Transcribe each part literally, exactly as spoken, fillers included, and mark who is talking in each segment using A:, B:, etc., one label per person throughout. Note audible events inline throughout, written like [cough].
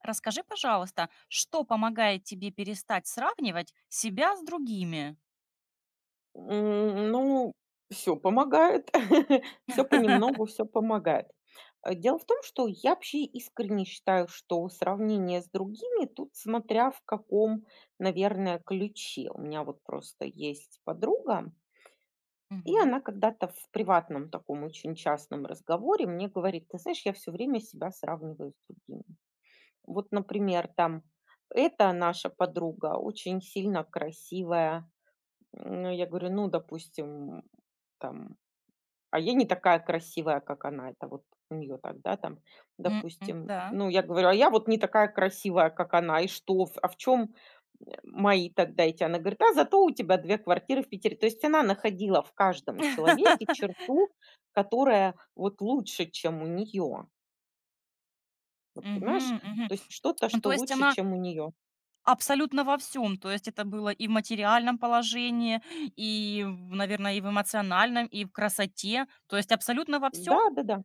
A: Расскажи, пожалуйста, что помогает тебе перестать сравнивать себя с другими?
B: М, ну, все помогает. [laughs] Все понемногу, все помогает. Э, дело в том, что я вообще искренне считаю, что сравнение с другими, тут смотря в каком, наверное, ключе. У меня вот просто есть подруга, и
A: Мгм.
B: она когда-то в приватном таком очень частном разговоре мне говорит: "Ты знаешь, я все время себя сравниваю с другими". Вот, например, там: "Эта наша подруга очень сильно красивая", ну, я говорю, ну, допустим, там, а я не такая красивая, как она, это вот у нее так, да, там,
A: М, м,
B: допустим,
A: да.
B: ну, я говорю, а я вот не такая красивая, как она, и что, в- а в чем мои тогда эти? Она говорит, а зато у тебя две квартиры в Питере. То есть она находила в каждом человеке
A: [laughs]
B: черту, которая вот лучше, чем у нее. Вот, понимаешь?
A: Мгм,
B: То
A: мгм.
B: есть что-то,
A: Ну,
B: что
A: то есть
B: лучше,
A: она
B: чем у нее.
A: абсолютно во всем. То есть это было и в материальном положении, и, наверное, и в эмоциональном, и в красоте. То есть абсолютно во всем.
B: Да, да, да.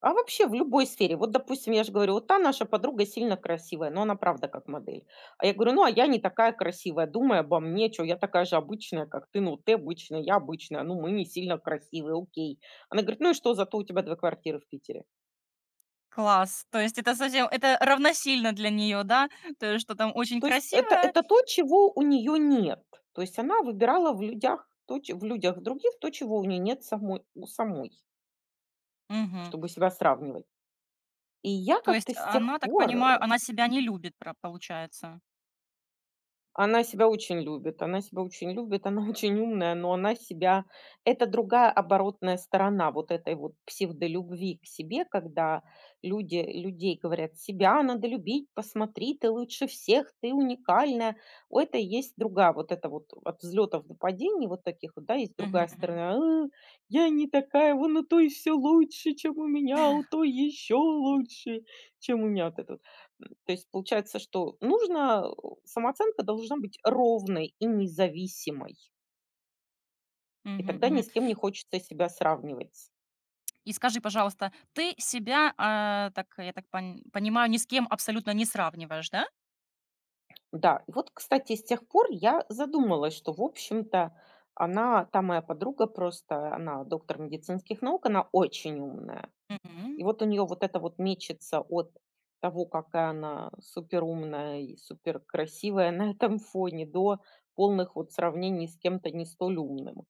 B: А вообще в любой сфере. Вот, допустим, я же говорю, вот та наша подруга сильно красивая, но она правда как модель. А я говорю, ну, а я не такая красивая, думай обо мне, что я такая же обычная, как ты, ну, ты обычная, я обычная, ну, мы не сильно красивые, окей. Она говорит, ну и что, зато у тебя две квартиры в Питере.
A: Класс. То есть это совсем, это равносильно для нее, да? То есть что там очень
B: То есть это,
A: красивая.
B: это то, чего у нее нет. То есть она выбирала в людях то, че- в людях других то, чего у нее нет самой, у самой,
A: Мгм.
B: чтобы себя сравнивать. И я
A: То
B: как-то
A: есть
B: с тех
A: она, так
B: пор э,
A: понимаю, она себя не любит, про- получается.
B: Она себя очень любит, она себя очень любит, она [laughs] очень умная, но она себя... Это другая, оборотная сторона вот этой вот псевдолюбви к себе, когда люди людей говорят: "Себя надо любить, посмотри, ты лучше всех, ты уникальная". У этой есть другая, вот это вот от взлетов до падений вот таких вот, да, есть
A: Мгм,
B: другая
A: мгм.
B: сторона: "А, я не такая, вон у той все лучше, чем у меня, а у той еще лучше, чем у меня". Вот это вот. М, то есть получается, что нужно... Самооценка должна быть ровной и независимой, и
A: Мгм,
B: тогда ни
A: мгм.
B: с кем не хочется себя сравнивать.
A: И скажи, пожалуйста, ты себя, а, так я так пон- понимаю, ни с кем абсолютно не сравниваешь, да?
B: Да, и вот, кстати, с тех пор я задумалась, что, в общем-то, она, та моя подруга, просто, она доктор медицинских наук, она очень умная.
A: Мгм,
B: И вот у нее вот это вот мечется от того, какая она суперумная и суперкрасивая на этом фоне, до полных вот сравнений с кем-то не столь умным,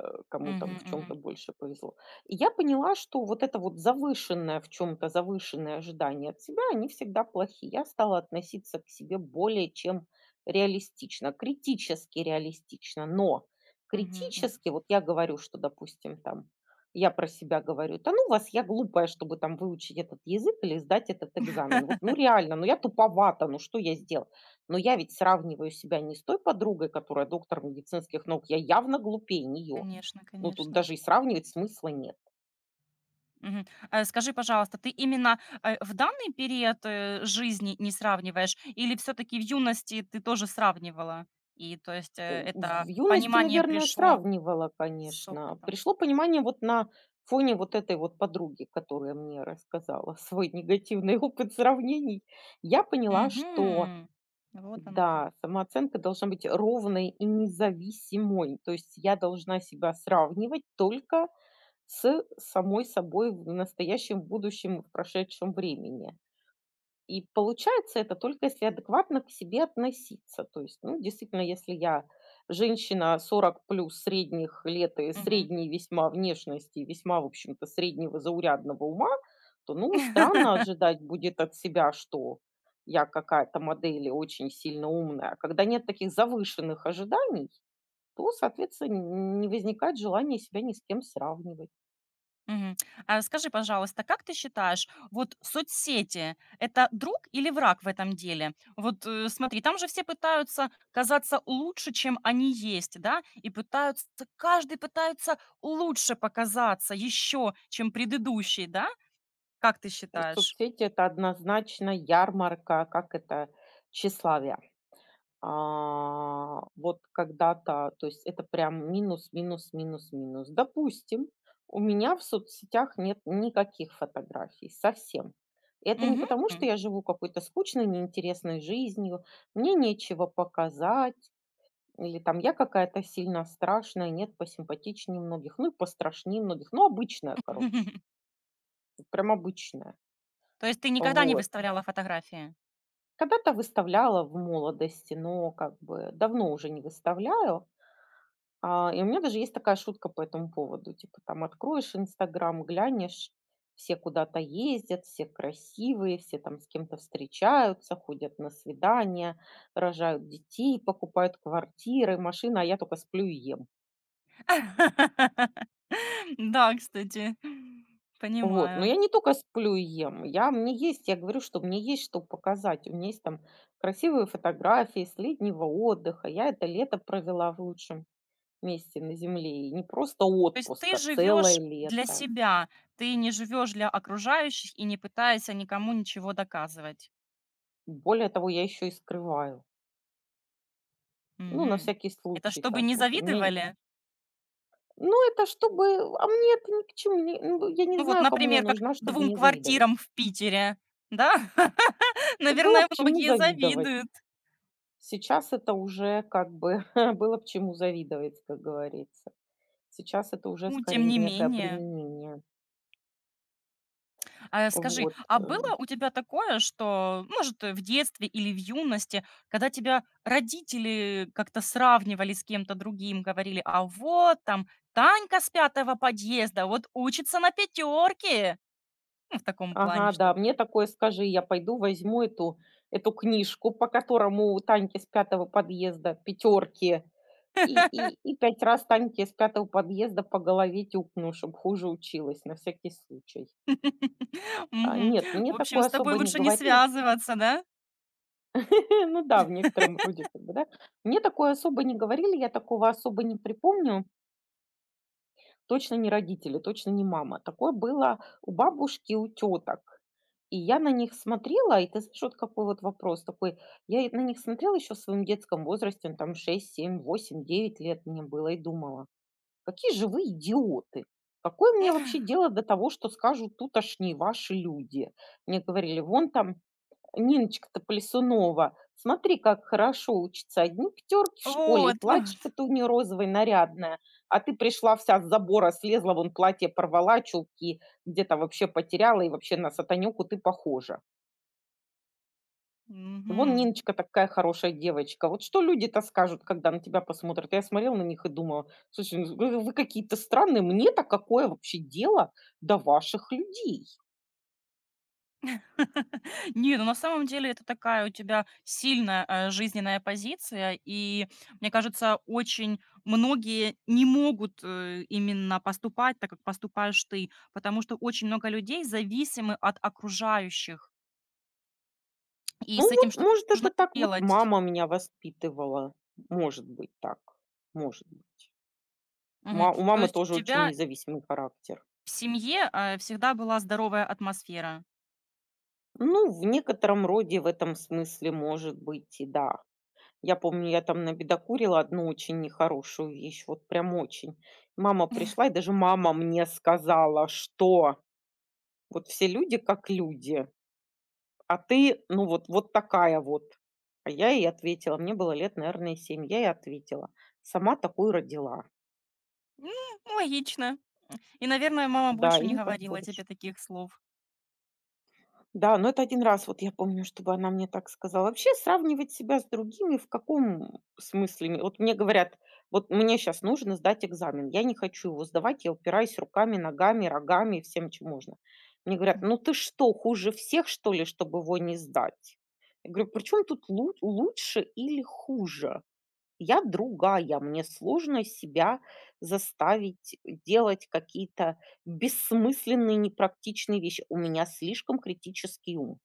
B: э, кому там
A: мгм,
B: в чем то
A: мгм,
B: больше повезло. И я поняла, что вот это вот завышенное, в чем то завышенное ожидание от себя, они всегда плохие. Я стала относиться к себе более чем реалистично, критически реалистично. Но
A: мгм, мгм.
B: критически, вот я говорю, что, допустим, там, я про себя говорю: "Да ну вас, я глупая, чтобы там выучить этот язык или сдать этот экзамен". Вот, ну
A: [laughs]
B: реально, ну я туповата, ну что я сделал? Но я ведь сравниваю себя не с той подругой, которая доктор медицинских наук, я явно глупее нее.
A: Конечно,
B: Ну, тут
A: конечно.
B: даже и сравнивать смысла нет.
A: Мгм. А Скажи, пожалуйста, ты именно э, в данный период э, жизни не сравниваешь, или все-таки в юности ты тоже сравнивала? И то есть э,
B: М,
A: это
B: в юности,
A: понимание
B: наверное,
A: пришло
B: сравнивала,
A: с
B: конечно.
A: опытом.
B: Пришло понимание вот на фоне вот этой вот подруги, которая мне рассказала свой негативный [laughs] опыт сравнений. Я поняла, что
A: Мгм. Вот оно
B: да,
A: как.
B: самооценка должна быть ровной и независимой. То есть я должна себя сравнивать только с самой собой в настоящем, будущем и в прошедшем времени. И получается это только если адекватно к себе относиться. То есть, ну, действительно, если я женщина сорок плюс средних лет и
A: Мгм.
B: средней весьма внешности, и весьма, в общем-то, среднего заурядного ума, то, ну, странно
A: [laughs]
B: ожидать будет от себя, что я какая-то модель и очень сильно умная. А когда нет таких завышенных ожиданий, то, соответственно, не возникает желания себя ни с кем сравнивать.
A: Мгм. А скажи, пожалуйста, как ты считаешь, вот соцсети - это друг или враг в этом деле? Вот, э, смотри, там же все пытаются казаться лучше, чем они есть, да, и пытаются каждый пытается лучше показаться еще, чем предыдущий, да? Как ты считаешь?
B: Соцсети – это однозначно ярмарка, как это, тщеславия. А, вот когда-то, то есть это прям минус, минус, минус, минус. Допустим, у меня в соцсетях нет никаких фотографий, совсем. Это не
A: Мгм.
B: потому, что я живу какой-то скучной, неинтересной жизнью, мне нечего показать, или там я какая-то сильно страшная, нет, посимпатичнее многих, ну и пострашнее многих, ну обычная, короче,
A: [laughs]
B: вот прям обычная.
A: То есть ты никогда не
B: Вот.
A: выставляла фотографии?
B: Когда-то выставляла в молодости, но как бы давно уже не выставляю. А, и у меня даже есть такая шутка по этому поводу. Типа там откроешь "Инстаграм", глянешь, все куда-то ездят, все красивые, все там с кем-то встречаются, ходят на свидания, рожают детей, покупают квартиры, машины, а я только сплю и ем.
A: [laughs] Да, кстати,
B: Вот, но
A: понимаю.
B: я не только сплю и ем, я... мне есть, я говорю, что мне есть что показать. У меня есть там красивые фотографии с летнего отдыха. Я это лето провела в лучшем месте на земле, и не просто
A: То есть
B: отпуск,
A: ты
B: а целое
A: живешь для
B: лето.
A: себя, ты не живешь для окружающих и не пытаешься никому ничего доказывать.
B: Более того, я еще и скрываю. Ну, на
A: Мгм.
B: всякий
A: Это
B: случай
A: чтобы
B: так
A: не
B: вот. У меня н
A: завидовали?
B: ну, это чтобы... а мне это ни к чему. Не... ну, я не
A: Ну вот,
B: знаю, кому я
A: например, как
B: нужна, чтобы
A: двум
B: не завидовать.
A: квартирам в Питере, да? [laughs]
B: Ну, было
A: Наверное,
B: б чему
A: многие
B: завидовать.
A: завидуют.
B: Сейчас это уже как бы [laughs] было б чему завидовать, как говорится. Сейчас это уже
A: Ну, тем
B: скорее
A: не
B: некое
A: менее.
B: обременение.
A: А э, скажи,
B: Вот,
A: а
B: э.
A: было у тебя такое, что, может, э, в детстве или в юности, когда тебя родители как-то сравнивали с кем-то другим, говорили, а вот там Танька с пятого подъезда, вот учится на пятерке. Ну, в таком плане
B: Ага, да,
A: что-то.
B: мне такое скажи, я пойду возьму эту эту книжку, по которому у Таньки с пятого подъезда "Пятерки". И и
A: [laughs]
B: и пять раз Таньке из пятого подъезда по голове тюкну, чтобы хуже училась, на всякий случай. А,
A: Мгм.
B: нет, мне
A: В общем,
B: такое
A: с тобой
B: особо не
A: лучше не
B: говорили.
A: связываться, да?
B: [laughs] Ну да, в некотором роде как бы, да. Мне такое особо не говорили, я такого особо не припомню. Точно не родители, точно не мама. Такое было у бабушки, у теток. И я на них смотрела, и ты знаешь, вот какой вот вопрос такой. Я и на них смотрела еще в своем детском возрасте, ну, там шесть, семь, восемь, девять лет мне было, и думала: какие же вы идиоты! Какое мне вообще
A: [laughs]
B: дело до того, что скажут тутошние ваши люди? Мне говорили, вон там Ниночка-то Плесунова, смотри, как хорошо учится. Одни пятерки в школе, и
A: Вот, вот.
B: платьишко-то у нее розовое, нарядное. А ты пришла вся с забора, слезла, вон платье порвала, чулки где-то вообще потеряла, и вообще на сатанюку ты похожа. Вон
A: Мгм.
B: Ниночка такая хорошая девочка. Вот что люди-то скажут, когда на тебя посмотрят? Я смотрела на них и думала: "Слушай, ну вы вы какие-то странные. Мне-то какое вообще дело до ваших людей?"
A: [laughs] Не, ну на самом деле это такая у тебя сильная э, жизненная позиция, и мне кажется, очень многие не могут э, именно поступать так, как поступаешь ты, потому что очень много людей зависимы от окружающих, и
B: Ну
A: с этим
B: вот,
A: что-то
B: может, это
A: нужно
B: так вот
A: делать.
B: мама меня воспитывала. Может быть так, может быть.
A: Мгм.
B: Ма У
A: То
B: мамы
A: есть у
B: тоже очень
A: тебя
B: независимый характер.
A: в семье э, всегда была здоровая атмосфера.
B: Ну, в некотором роде, в этом смысле, может быть, и да. Я помню, я там набедокурила одну очень нехорошую вещь, вот прям очень. Мама пришла, и даже мама мне сказала, что вот все люди как люди, а ты, ну, вот, вот такая вот. А я ей ответила, мне было лет, наверное, семь, я ей ответила. Сама такую родила.
A: М, логично. И, наверное, мама
B: Да,
A: больше
B: и
A: не
B: не
A: говорила
B: поспоришь.
A: тебе таких слов.
B: Да, но это один раз, вот я помню, чтобы она мне так сказала. Вообще сравнивать себя с другими в каком смысле? Вот мне говорят: "Вот мне сейчас нужно сдать экзамен". Я не хочу его сдавать, я упираюсь руками, ногами, рогами и всем, чем можно. Мне говорят: "Ну ты что, хуже всех, что ли, чтобы его не сдать?" Я говорю: "Причем тут лу лучше или хуже?" Я другая, мне сложно себя заставить делать какие-то бессмысленные, непрактичные вещи. У меня слишком критический ум.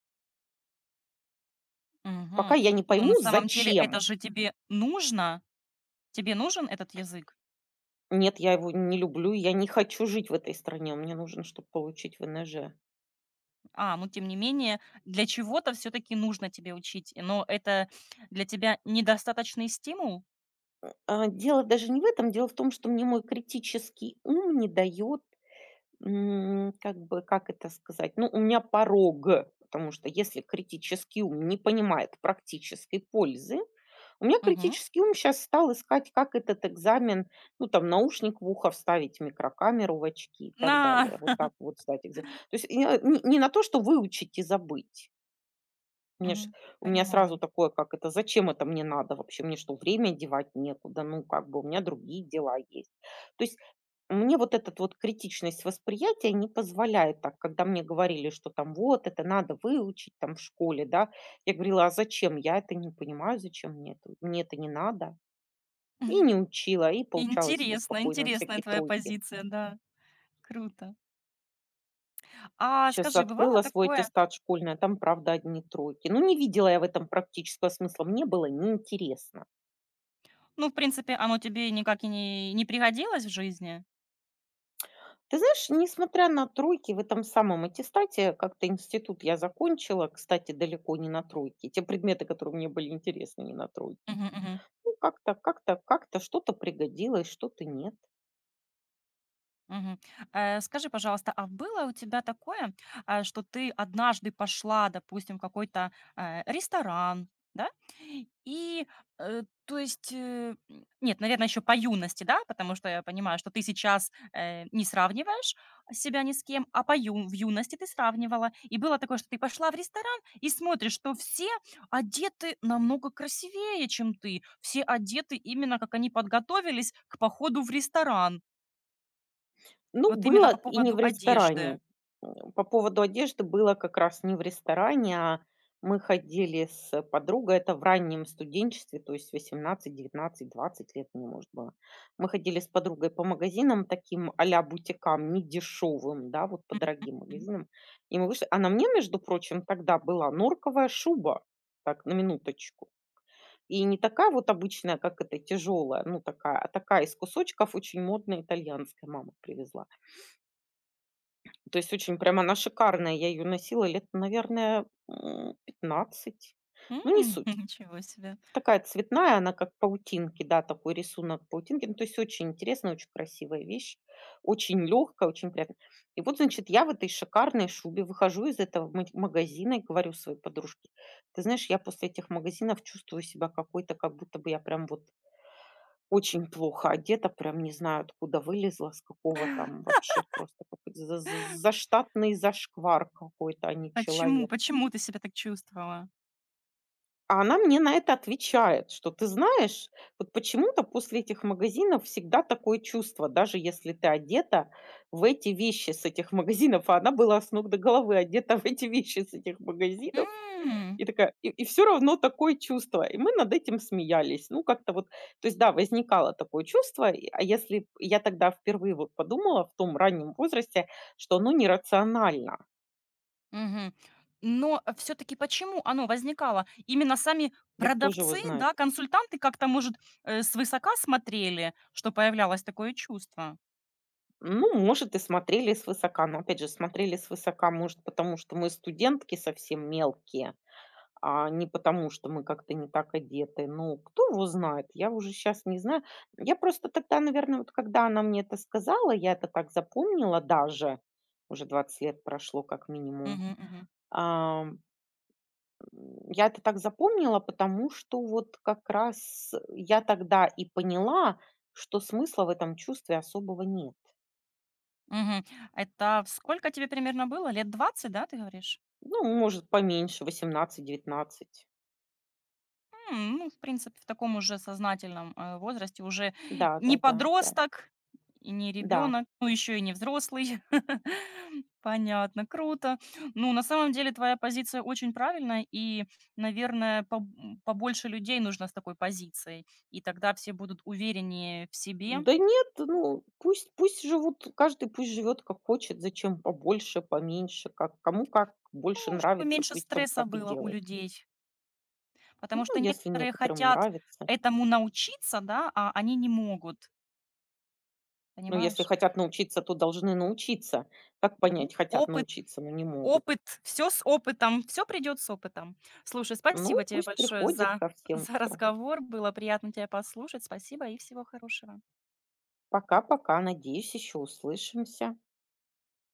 B: Пока
A: Мгм.
B: я не
A: Но на
B: пойму,
A: самом деле
B: зачем.
A: это же тебе нужно, Тебе нужен этот язык?
B: Нет, я его не люблю, я не хочу жить в этой стране, мне нужно, чтобы получить ВНЖ.
A: А, ну, тем не менее, для чего-то все таки нужно тебе учить, но это для тебя недостаточный стимул?
B: А, дело даже не в этом, дело в том, что мне мой критический ум не дает... М, как бы, как это сказать? Ну, у меня порог, потому что если критический ум не понимает практической пользы, у меня
A: Мгм.
B: критический ум сейчас стал искать, как этот экзамен, ну, там, наушник в ухо вставить, микрокамеру в очки и
A: На
B: так далее. Вот так
A: [laughs]
B: вот сдать экзамен. То есть я не, не на то, что выучить и забыть, мне ж
A: Мгм.
B: у меня сразу
A: Понимаю.
B: такое, как это: "Зачем это мне надо вообще? Мне что, время девать некуда? Ну, как бы у меня другие дела есть". То есть мне вот этот вот критичность восприятия не позволяет так. Когда мне говорили, что там вот это надо выучить там в школе, да, я говорила: "А зачем? Я это не понимаю, зачем мне это? Мне это не надо". И не
A: [laughs]
B: учила, и получала себе
A: Интересно,
B: спокойно
A: интересная
B: всякие
A: твоя
B: тройки.
A: позиция, да, круто. А
B: Сейчас
A: скажи, бывало
B: открыла свой
A: такое,
B: аттестат школьный, а там, правда, одни тройки. Ну, не видела я в этом практического смысла, мне было неинтересно.
A: ну, в принципе, оно тебе никак и не не пригодилось в жизни?
B: Ты знаешь, несмотря на тройки в этом самом аттестате, как-то институт я закончила, кстати, далеко не на тройке. Те предметы, которые мне были интересны, не на тройке.
A: Мгм мгм.
B: Ну, как-то, как-то, как-то что-то пригодилось, что-то нет.
A: Мгм. Э, скажи, пожалуйста, а было у тебя такое, а, что ты однажды пошла, допустим, в какой-то, э, ресторан, да, и, э, то есть, э, м, нет, наверное, еще по юности, да, потому что я понимаю, что ты сейчас, э, не сравниваешь себя ни с кем, а по ю в юности ты сравнивала. И было такое, что ты пошла в ресторан и смотришь, что все одеты намного красивее, чем ты. Все одеты именно, как они подготовились к походу в ресторан.
B: Ну,
A: Вот именно
B: было
A: по
B: и не
A: поводу
B: в ресторане.
A: одежды.
B: М, по поводу одежды было как раз не в ресторане, а мы ходили с подругой, это в раннем студенчестве, то есть восемнадцать, девятнадцать, двадцать лет мне, может, было. Мы ходили с подругой по магазинам таким а-ля бутикам, не дешевым, да, вот по дорогим
A: М.
B: магазинам. И мы вышли, а на мне, между прочим, тогда была норковая шуба, так, на минуточку. И не такая вот обычная, как эта тяжелая, ну такая, а такая из кусочков, очень модная, итальянская мама привезла. То есть очень прям она шикарная. Я ее носила лет, наверное, м, пятнадцать.
A: М,
B: Ну, не
A: [laughs]
B: суть.
A: ничего себе.
B: Такая цветная, она как паутинки, да, такой рисунок паутинки. Ну, то есть очень интересная, очень красивая вещь, очень легкая, очень приятная. И вот, значит, я в этой шикарной шубе выхожу из этого ма- магазина и говорю своей подружке: "Ты знаешь, я после этих магазинов чувствую себя какой-то, как будто бы я прям вот очень плохо одета, прям не знаю, откуда вылезла, с какого там вообще, просто какой за за заштатный зашквар какой-то, а не
A: Почему
B: человек".
A: почему ты себя так чувствовала?
B: А она мне на это отвечает, что ты знаешь, вот почему-то после этих магазинов всегда такое чувство, даже если ты одета в эти вещи с этих магазинов, а она была с ног до головы одета в эти вещи с этих магазинов,
A: М,
B: и такая... и и всё равно такое чувство. И мы над этим смеялись. Ну, как-то вот, то есть, да, возникало такое чувство. И, а если б я тогда впервые вот подумала в том раннем возрасте, что оно нерационально.
A: мгм. Но все таки почему оно возникало? Именно сами
B: Да кто же его
A: продавцы,
B: знает?
A: да, консультанты как-то, может, э, свысока смотрели, что появлялось такое чувство?
B: Ну, может, и смотрели свысока, но опять же смотрели свысока, может, потому что мы студентки совсем мелкие, а не потому, что мы как-то не так одеты. Ну, кто его знает, я уже сейчас не знаю. Я просто тогда, наверное, вот когда она мне это сказала, я это так запомнила даже, уже двадцать лет прошло как минимум.
A: Мгм, мгм,
B: А, м, я это так запомнила, потому что вот как раз я тогда и поняла, что смысла в этом чувстве особого нет.
A: мгм. Это сколько тебе примерно было? Лет двадцать, да, ты говоришь?
B: Ну, может, поменьше, восемнадцать, девятнадцать.
A: М, ну, в принципе, в таком уже сознательном, э, возрасте уже
B: Да, да,
A: не
B: да, да,
A: подросток и не
B: да.
A: ребенок, ну, еще и не взрослый. [laughs] Понятно, круто. Ну, на самом деле твоя позиция очень правильная, и, наверное, поб м, побольше людей нужно с такой позицией, и тогда все будут увереннее в себе,
B: Да нет, ну пусть пусть живут, каждый пусть живет как хочет, зачем побольше, поменьше, как кому как больше
A: ну, чтобы
B: нравится,
A: меньше
B: пусть там
A: стресса
B: так и
A: было у
B: делают.
A: людей. Потому
B: Ну,
A: что
B: если
A: некоторые
B: некоторым
A: хотят
B: нравится.
A: этому научиться, да, а они не могут,
B: Ну, если
A: понимаешь?
B: хотят научиться, то должны научиться. Как
A: Ну,
B: понять, хотят
A: опыт
B: научиться, но не могут?
A: Опыт, все с опытом, все придет с опытом. Слушай,
B: Ну,
A: спасибо тебе
B: пусть
A: большое
B: приходит
A: за
B: ко
A: [laughs]
B: всем
A: за
B: все.
A: разговор. Было приятно тебя послушать. Спасибо и всего хорошего.
B: Пока-пока, надеюсь, еще услышимся.